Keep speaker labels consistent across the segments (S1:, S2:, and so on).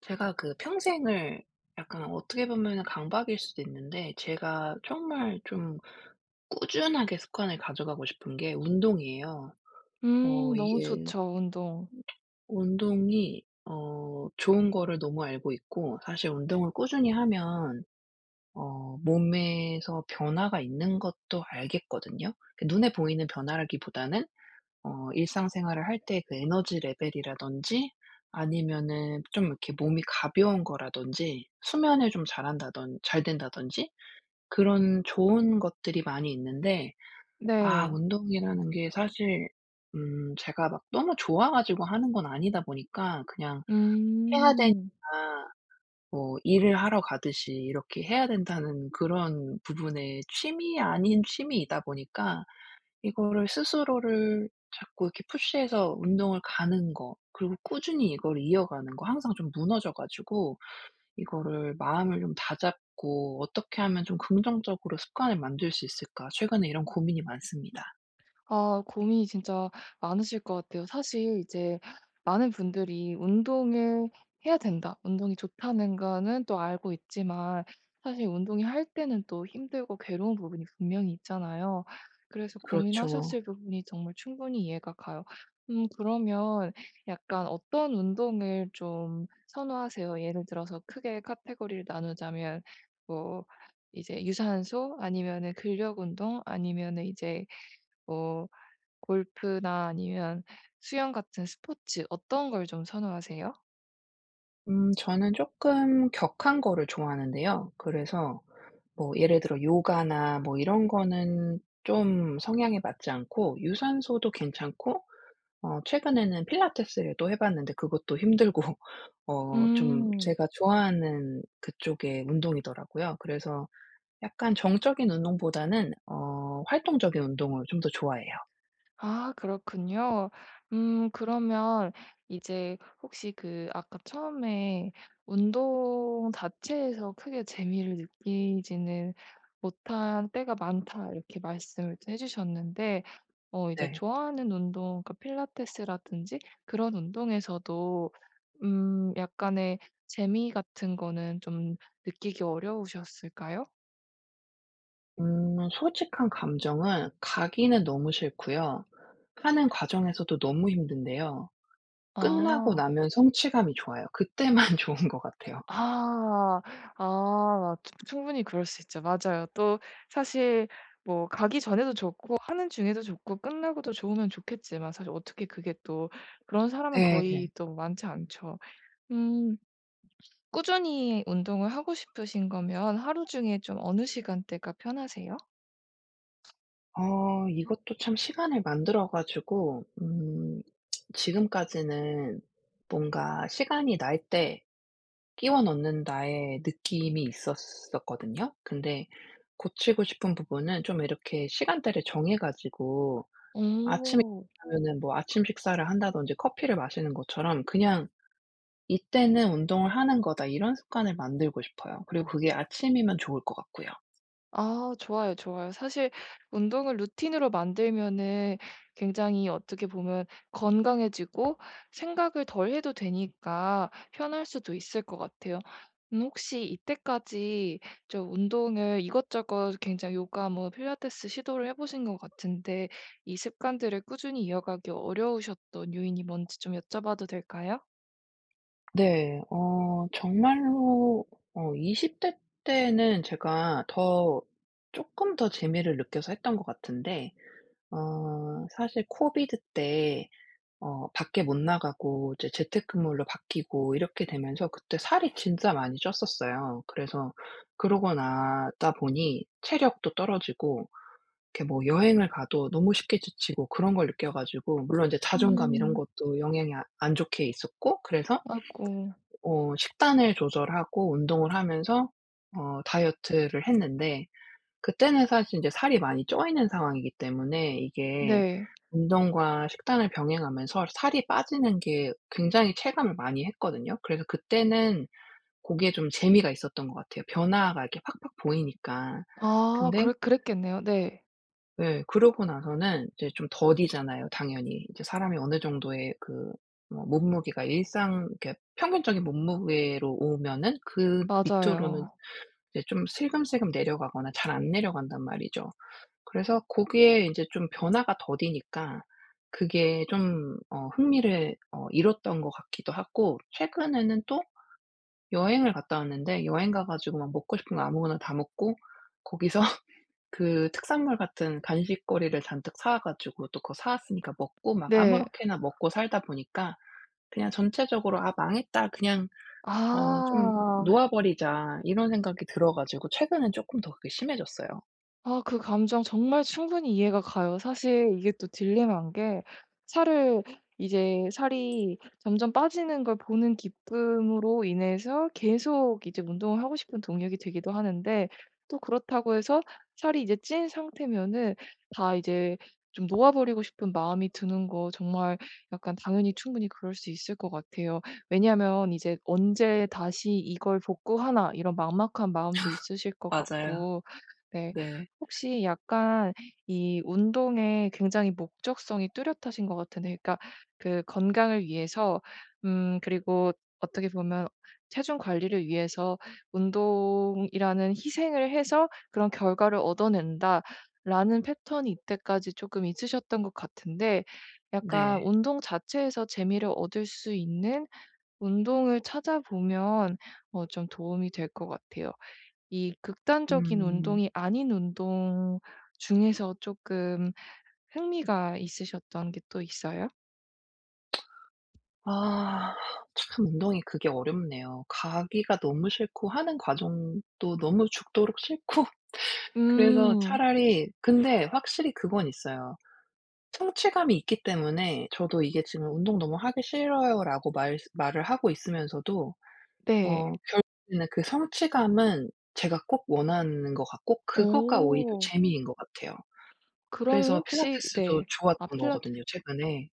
S1: 제가 그 평생을 약간 어떻게 보면 강박일 수도 있는데, 제가 정말 좀 꾸준하게 습관을 가져가고 싶은 게 운동이에요.
S2: 너무
S1: 이게
S2: 좋죠 운동.
S1: 운동이 좋은 거를 너무 알고 있고, 사실 운동을 꾸준히 하면 몸에서 변화가 있는 것도 알겠거든요. 그 눈에 보이는 변화라기보다는 일상생활을 할 때 그 에너지 레벨이라든지, 아니면은 좀 이렇게 몸이 가벼운 거라든지, 수면을 좀 잘한다던 잘 된다든지 그런 좋은 것들이 많이 있는데,
S2: 네.
S1: 운동이라는 게 사실 제가 막 너무 좋아 가지고 하는 건 아니다 보니까, 그냥 해야 되니까
S2: 음.
S1: 뭐 일을 하러 가듯이 이렇게 해야 된다는 그런 부분의 취미 아닌 취미이다 보니까, 이거를 스스로를 자꾸 이렇게 푸시해서 운동을 가는 거, 그리고 꾸준히 이걸 이어가는 거, 항상 좀 무너져 가지고 이거를 마음을 좀 다잡고 '어떻게 하면 좀 긍정적으로 습관을 만들 수 있을까?' 최근에 이런 고민이 많습니다.
S2: 아 고민이 진짜 많으실 것 같아요. 사실 이제 많은 분들이 운동을 해야 된다, 운동이 좋다는 거는 또 알고 있지만 사실 운동이 할 때는 또 힘들고 괴로운 부분이 분명히 있잖아요. 그래서
S1: 그렇죠.
S2: 고민하셨을 부분이 정말 충분히 이해가 가요. 그러면 약간 어떤 운동을 좀 선호하세요? 예를 들어서 크게 카테고리를 나누자면 뭐 이제 유산소 아니면은 근력 운동 아니면은 이제 뭐 골프나 아니면 수영 같은 스포츠 어떤 걸 좀 선호하세요?
S1: 저는 쪼끔 격한 거를 좋아하는데요. 그래서 뭐 예를 들어 요가나 뭐 이런 거는 좀 성향에 맞지 않고, 유산소도 괜찮고, 최근에는 필라테스를 또 해 봤는데 그것도 힘들고 좀
S2: 음.
S1: 제가 좋아하는 그쪽의 운동이더라고요. 그래서 약간 정적인 운동보다는 활동적인 운동을 좀 더 좋아해요.
S2: 아 그렇군요. 그러면 이제 혹시 그 아까 처음에 운동 자체에서 크게 재미를 느끼지는 못한 때가 많다 이렇게 말씀을 또 해 주셨는데 어 이제
S1: 네.
S2: 좋아하는 운동 그러니까 필라테스라든지 그런 운동에서도 약간의 재미 같은 거는 좀 느끼기 어려우셨을까요?
S1: 솔직한 감정은 가기는 너무 싫고요. 하는 과정에서도 너무 힘든데요. 끝나고
S2: 아.
S1: 나면 성취감이 좋아요. 그때만 좋은 것 같아요.
S2: 아. 아 맞 충분히 그럴 수 있죠. 맞아요. 또 사실 뭐 가기 전에도 좋고 하는 중에도 좋고 끝나고도 좋으면 좋겠지만 사실 어떻게 그게 또 그런 사람은 거의
S1: 네.
S2: 또 많지 않죠. 음 꾸준히 운동을 하고 싶으신 거면 하루 중에 좀 어느 시간대가 편하세요?
S1: 이것도 참 시간을 만들어 가지고 지금까지는 뭔가 시간이 날 때 끼워 넣는 나의 느낌이 있었었거든요. 근데 고치고 싶은 부분은 좀 이렇게 시간대를 정해 가지고 아침에
S2: 오.
S1: 하면은, 뭐 아침 식사를 한다든지 커피를 마시는 것처럼 그냥 '이때는 운동을 하는 거다.' 이런 습관을 만들고 싶어요. 그리고 그게 아침이면 좋을 것 같고요.
S2: 아 좋아요, 좋아요. 사실 운동을 루틴으로 만들면은 굉장히 어떻게 보면 건강해지고 생각을 덜 해도 되니까 편할 수도 있을 것 같아요. 혹시 이때까지 저 운동을 이것저것 굉장히 요가 뭐 필라테스 시도를 해 보신 것 같은데 이 습관들을 꾸준히 이어가기 어려우셨던 요인이 뭔지 좀 여쭤봐도 될까요?
S1: 네. 정말로 20대 때는 제가 더 조금 더 재미를 느껴서 했던 것 같은데, 사실 코비드 때 밖에 못 나가고 이제 재택근무로 바뀌고 이렇게 되면서 그때 살이 진짜 많이 쪘었어요. 그래서 그러고 나다 보니 체력도 떨어지고 이렇게 뭐 여행을 가도 너무 쉽게 지치고 그런 걸 느껴 가지고, 물론 이제 자존감 이런
S2: 음.
S1: 것도 영향이 안 좋게 있었고, 그래서
S2: 아이고.
S1: 식단을 조절하고 운동을 하면서 다이어트를 했는데, 그때는 사실 이제 살이 많이 쪄 있는 상황이기 때문에 이게,
S2: 네.
S1: 운동과 식단을 병행하면서 살이 빠지는 게 굉장히 체감을 많이 했거든요. 그래서 그때는 그게 좀 재미가 있었던 것 같아요. 변화가 이렇게 팍팍 보이니까.
S2: 아
S1: 근데
S2: 그랬겠네요. 네.
S1: 네, 그러고 나서는 이제 좀 더디잖아요 당연히. 이제 사람이 어느 정도의 그 뭐 몸무게가 일상, 그러니까 평균적인 몸무게로 오면은 그 밑으로는
S2: 맞아요.
S1: 이제 좀 슬금슬금 내려가거나 잘 안 내려간단 말이죠. 그래서 고기에 인제 좀 변화가 더디니까 그게 좀 흥미를 잃었던 것 같기도 하고, 최근에는 또 여행을 갔다 왔는데, 여행 가 가지고 막 먹고 싶은 거 아무거나 다 먹고 거기서 그 특산물 같은 간식거리를 잔뜩 사 가지고 또 그거 사 왔으니까 먹고 막
S2: 네.
S1: 아무렇게나 먹고 살다 보니까, 그냥 전체적으로 '아 망했다. 그냥 좀
S2: 아.
S1: 놓아 버리자.' 이런 생각이 들어 가지고 최근엔 쪼끔 더 그게 심해졌어요.
S2: 아 그 감정 정말 충분히 이해가 가요. 사실 이게 또 딜레마인 게 살을 이제 살이 점점 빠지는 걸 보는 기쁨으로 인해서 계속 이제 운동을 하고 싶은 동력이 되기도 하는데 또 그렇다고 해서 살이 이제 찐 상태면은 다 이제 좀 놓아버리고 싶은 마음이 드는 거 정말 약간 당연히 충분히 그럴 수 있을 것 같아요. 왜냐하면 이제 '언제 다시 이걸 복구하나.' 이런 막막한 마음도 있으실 것
S1: 맞아요.
S2: 같고. 네.
S1: 네.
S2: 혹시 약간 이 운동에 굉장히 목적성이 뚜렷하신 것 같은데 그러니까 그 건강을 위해서 그리고 어떻게 보면 체중 관리를 위해서 운동이라는 희생을 해서 그런 결과를 얻어낸다라는 패턴이 이때까지 조금 있으셨던 것 같은데
S1: 네.
S2: 약간 운동 자체에서 재미를 얻을 수 있는 운동을 찾아보면 어 좀 도움이 될 것 같아요. 이 극단적인
S1: 음.
S2: 운동이 아닌 운동 중에서 조금 흥미가 있으셨던 게 또 있어요?
S1: 아 참 운동이 그게 어렵네요. 가기가 너무 싫고 하는 과정도 너무 죽도록 싫고, 그래서
S2: 음.
S1: 차라리, 근데 확실히 그건 있어요. 성취감이 있기 때문에, 저도 이게 지금 "운동 너무 하기 싫어요."라고 말 말을 하고 있으면서도
S2: 네.
S1: 결국에는 그 성취감은 제가 꼭 원하는 것 같고, 그거가 오히려
S2: 오,
S1: 재미인 것 같아요.
S2: 그러면
S1: 그래서
S2: 혹시
S1: 필라테스도
S2: 네. 아
S1: 좋았던
S2: 필라테스
S1: 거거든요, 최근에.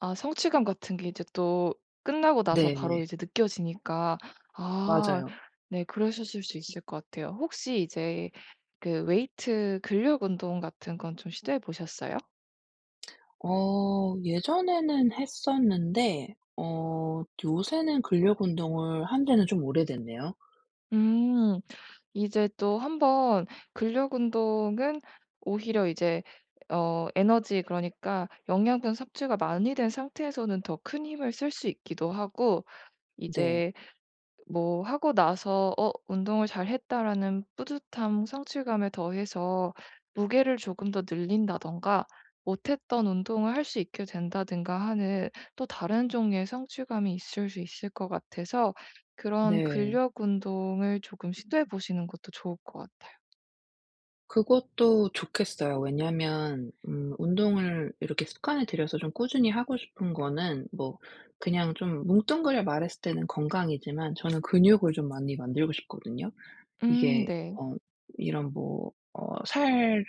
S2: 아 성취감 같은 게 이제 또 끝나고 나서
S1: 네.
S2: 바로 이제 느껴지니까 아
S1: 맞아요.
S2: 네 그러셨을 수 있을 것 같아요. 혹시 이제 그 웨이트 근력 운동 같은 건 좀 시도해 보셨어요?
S1: 예전에는 했었는데 요새는 근력 운동을 한 지는 좀 오래됐네요.
S2: 음. 이제 또 한번 근력 운동은 오히려 이제 어 에너지 그러니까 영양분 섭취가 많이 된 상태에서는 더 큰 힘을 쓸 수 있기도 하고
S1: 네.
S2: 이제 뭐 하고 나서 '어 운동을 잘했다.'라는 뿌듯함, 성취감에 더해서 무게를 조금 더 늘린다든가 못했던 운동을 할 수 있게 된다든가 하는 또 다른 종류의 성취감이 있을 수 있을 것 같아서 그런
S1: 네.
S2: 근력 운동을 조금 시도해 보시는 것도 좋을 것 같아요.
S1: 그것도 좋겠어요. 왜냐면 운동을 이렇게 습관을 들여서 좀 꾸준히 하고 싶은 거는 뭐, 그냥 좀 뭉뚱그려 말했을 때는 건강이지만, 저는 근육을 좀 많이 만들고 싶거든요. 이게
S2: 네.
S1: 어 이런 뭐 '살을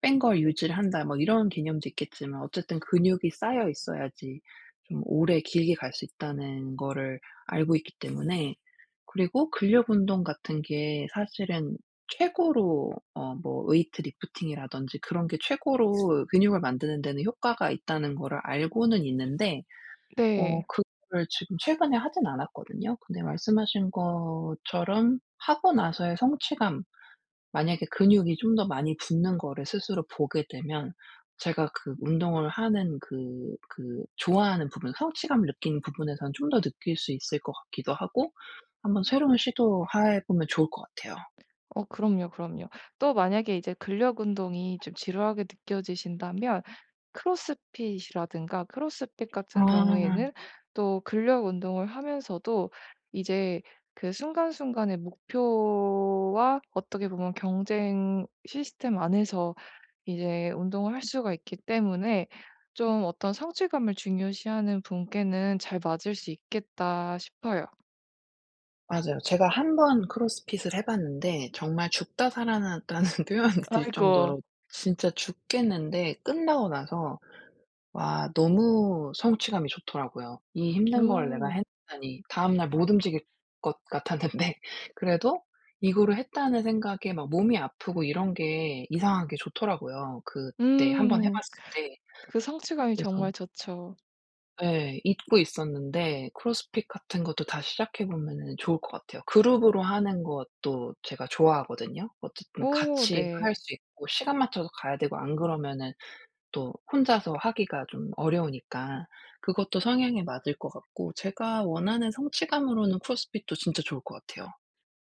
S1: 뺀 걸 유지를 한다.' 뭐 이런 개념도 있겠지만, 어쨌든 근육이 쌓여 있어야지 좀 오래 길게 갈 수 있다는 거를 알고 있기 때문에. 그리고 근력 운동 같은 게 사실은 최고로 뭐 웨이트 리프팅이라든지 그런 게 최고로 근육을 만드는 데는 효과가 있다는 거를 알고는 있는데
S2: 네.
S1: 그거를 지금 최근에 하진 않았거든요. 근데 말씀하신 것처럼 하고 나서의 성취감, 만약에 근육이 좀 더 많이 붙는 거를 스스로 보게 되면 제가 그 운동을 하는 그 좋아하는 부분, 성취감을 느끼는 부분에선 좀 더 느낄 수 있을 것 같기도 하고, 한번 새로운 시도해 보면 좋을 것 같아요.
S2: 어 그럼요, 그럼요. 또 만약에 이제 근력 운동이 좀 지루하게 느껴지신다면 크로스핏 같은
S1: 아,
S2: 경우에는 또 근력 운동을 하면서도 이제 그 순간순간의 목표와 어떻게 보면 경쟁 시스템 안에서 이제 운동을 할 수가 있기 때문에 좀 어떤 성취감을 중요시하는 분께는 잘 맞을 수 있겠다 싶어요.
S1: 맞아요. 제가 한 번 크로스핏을 해 봤는데 정말 죽다 살아났다는 표현이 들
S2: 아이고.
S1: 정도로 진짜 죽겠는데 끝나고 나서 와 너무 성취감이 좋더라고요. 이 힘든 걸 내가
S2: 오.
S1: 해냈다니, 다음 날 못 움직일 것 같았는데 그래도 이거를 했다는 생각에 막 몸이 아프고 이런 게 이상하게 좋더라고요, 그때 한 번 해
S2: 음.
S1: 봤을 때.
S2: 그 성취감이
S1: 그래서
S2: 정말 좋죠.
S1: 예, 잊고 있었는데 크로스핏 같은 것도 다시 시작해 보면은 좋을 것 같아요. 그룹으로 하는 것도 제가 좋아하거든요. 어쨌든
S2: 오
S1: 같이 할
S2: 네.
S1: 수 있고 시간 맞춰서 가야 되고, 안 그러면은 또 혼자서 하기가 좀 어려우니까, 그것도 성향에 맞을 것 같고, 제가 원하는 성취감으로는 크로스핏도 진짜 좋을 것 같아요.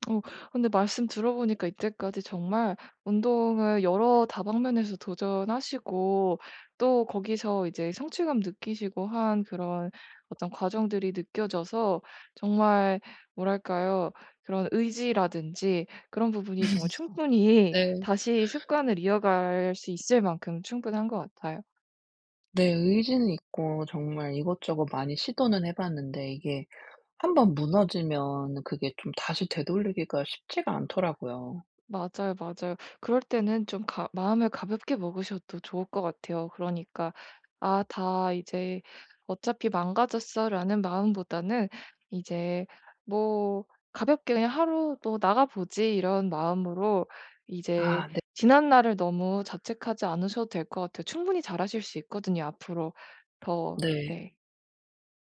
S2: 어 근데 말씀 들어보니까 이때까지 정말 운동을 여러 다방면에서 도전하시고 또 거기서 이제 성취감 느끼시고 한 그런 어떤 과정들이 느껴져서 정말 뭐랄까요? 그런 의지라든지 그런 부분이 정말 충분히
S1: 네.
S2: 다시 습관을 이어갈 수 있을 만큼 충분한 것 같아요.
S1: 네, 의지는 있고 정말 이것저것 많이 시도는 해 봤는데 이게 한 번 무너지면 그게 좀 다시 되돌리기가 쉽지가 않더라고요.
S2: 맞아요, 맞아요. 그럴 때는 좀 가 마음을 가볍게 먹으셔도 좋을 것 같아요. 그러니까 '아 다 이제 어차피 망가졌어.'라는 마음보다는 이제 뭐 가볍게 그냥 '하루 또 나가 보지.' 이런 마음으로 이제
S1: 아 네.
S2: 지난 날을 너무 자책하지 않으셔도 될 것 같아요. 충분히 잘하실 수 있거든요, 앞으로 더.
S1: 네.
S2: 네.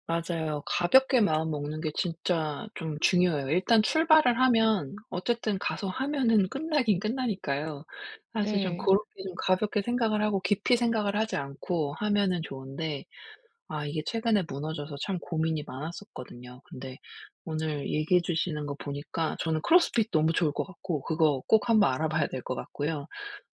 S1: 맞아요. 가볍게 마음먹는 게 진짜 좀 중요해요. 일단 출발을 하면 어쨌든 가서 하면은 끝나긴 끝나니까요. 사실 좀
S2: 네.
S1: 그렇게 좀 가볍게 생각을 하고 깊이 생각을 하지 않고 하면은 좋은데 이게 최근에 무너져서 참 고민이 많았었거든요. 근데 오늘 얘기해 주시는 거 보니까 저는 크로스핏 너무 좋을 것 같고 그거 꼭 한번 알아봐야 될 것 같고요.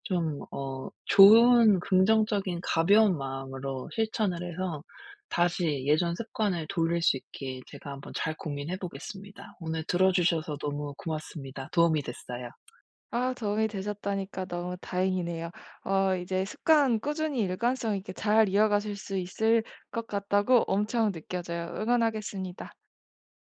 S1: 좀 좋은 긍정적인 가벼운 마음으로 실천을 해서 다시 예전 습관을 돌릴 수 있게 제가 한번 잘 고민해 보겠습니다. 오늘 들어 주셔서 너무 고맙습니다. 도움이 됐어요.
S2: 아 도움이 되셨다니까 너무 다행이네요. 어 이제 습관 꾸준히 일관성 있게 잘 이어가실 수 있을 것 같다고 엄청 느껴져요. 응원하겠습니다.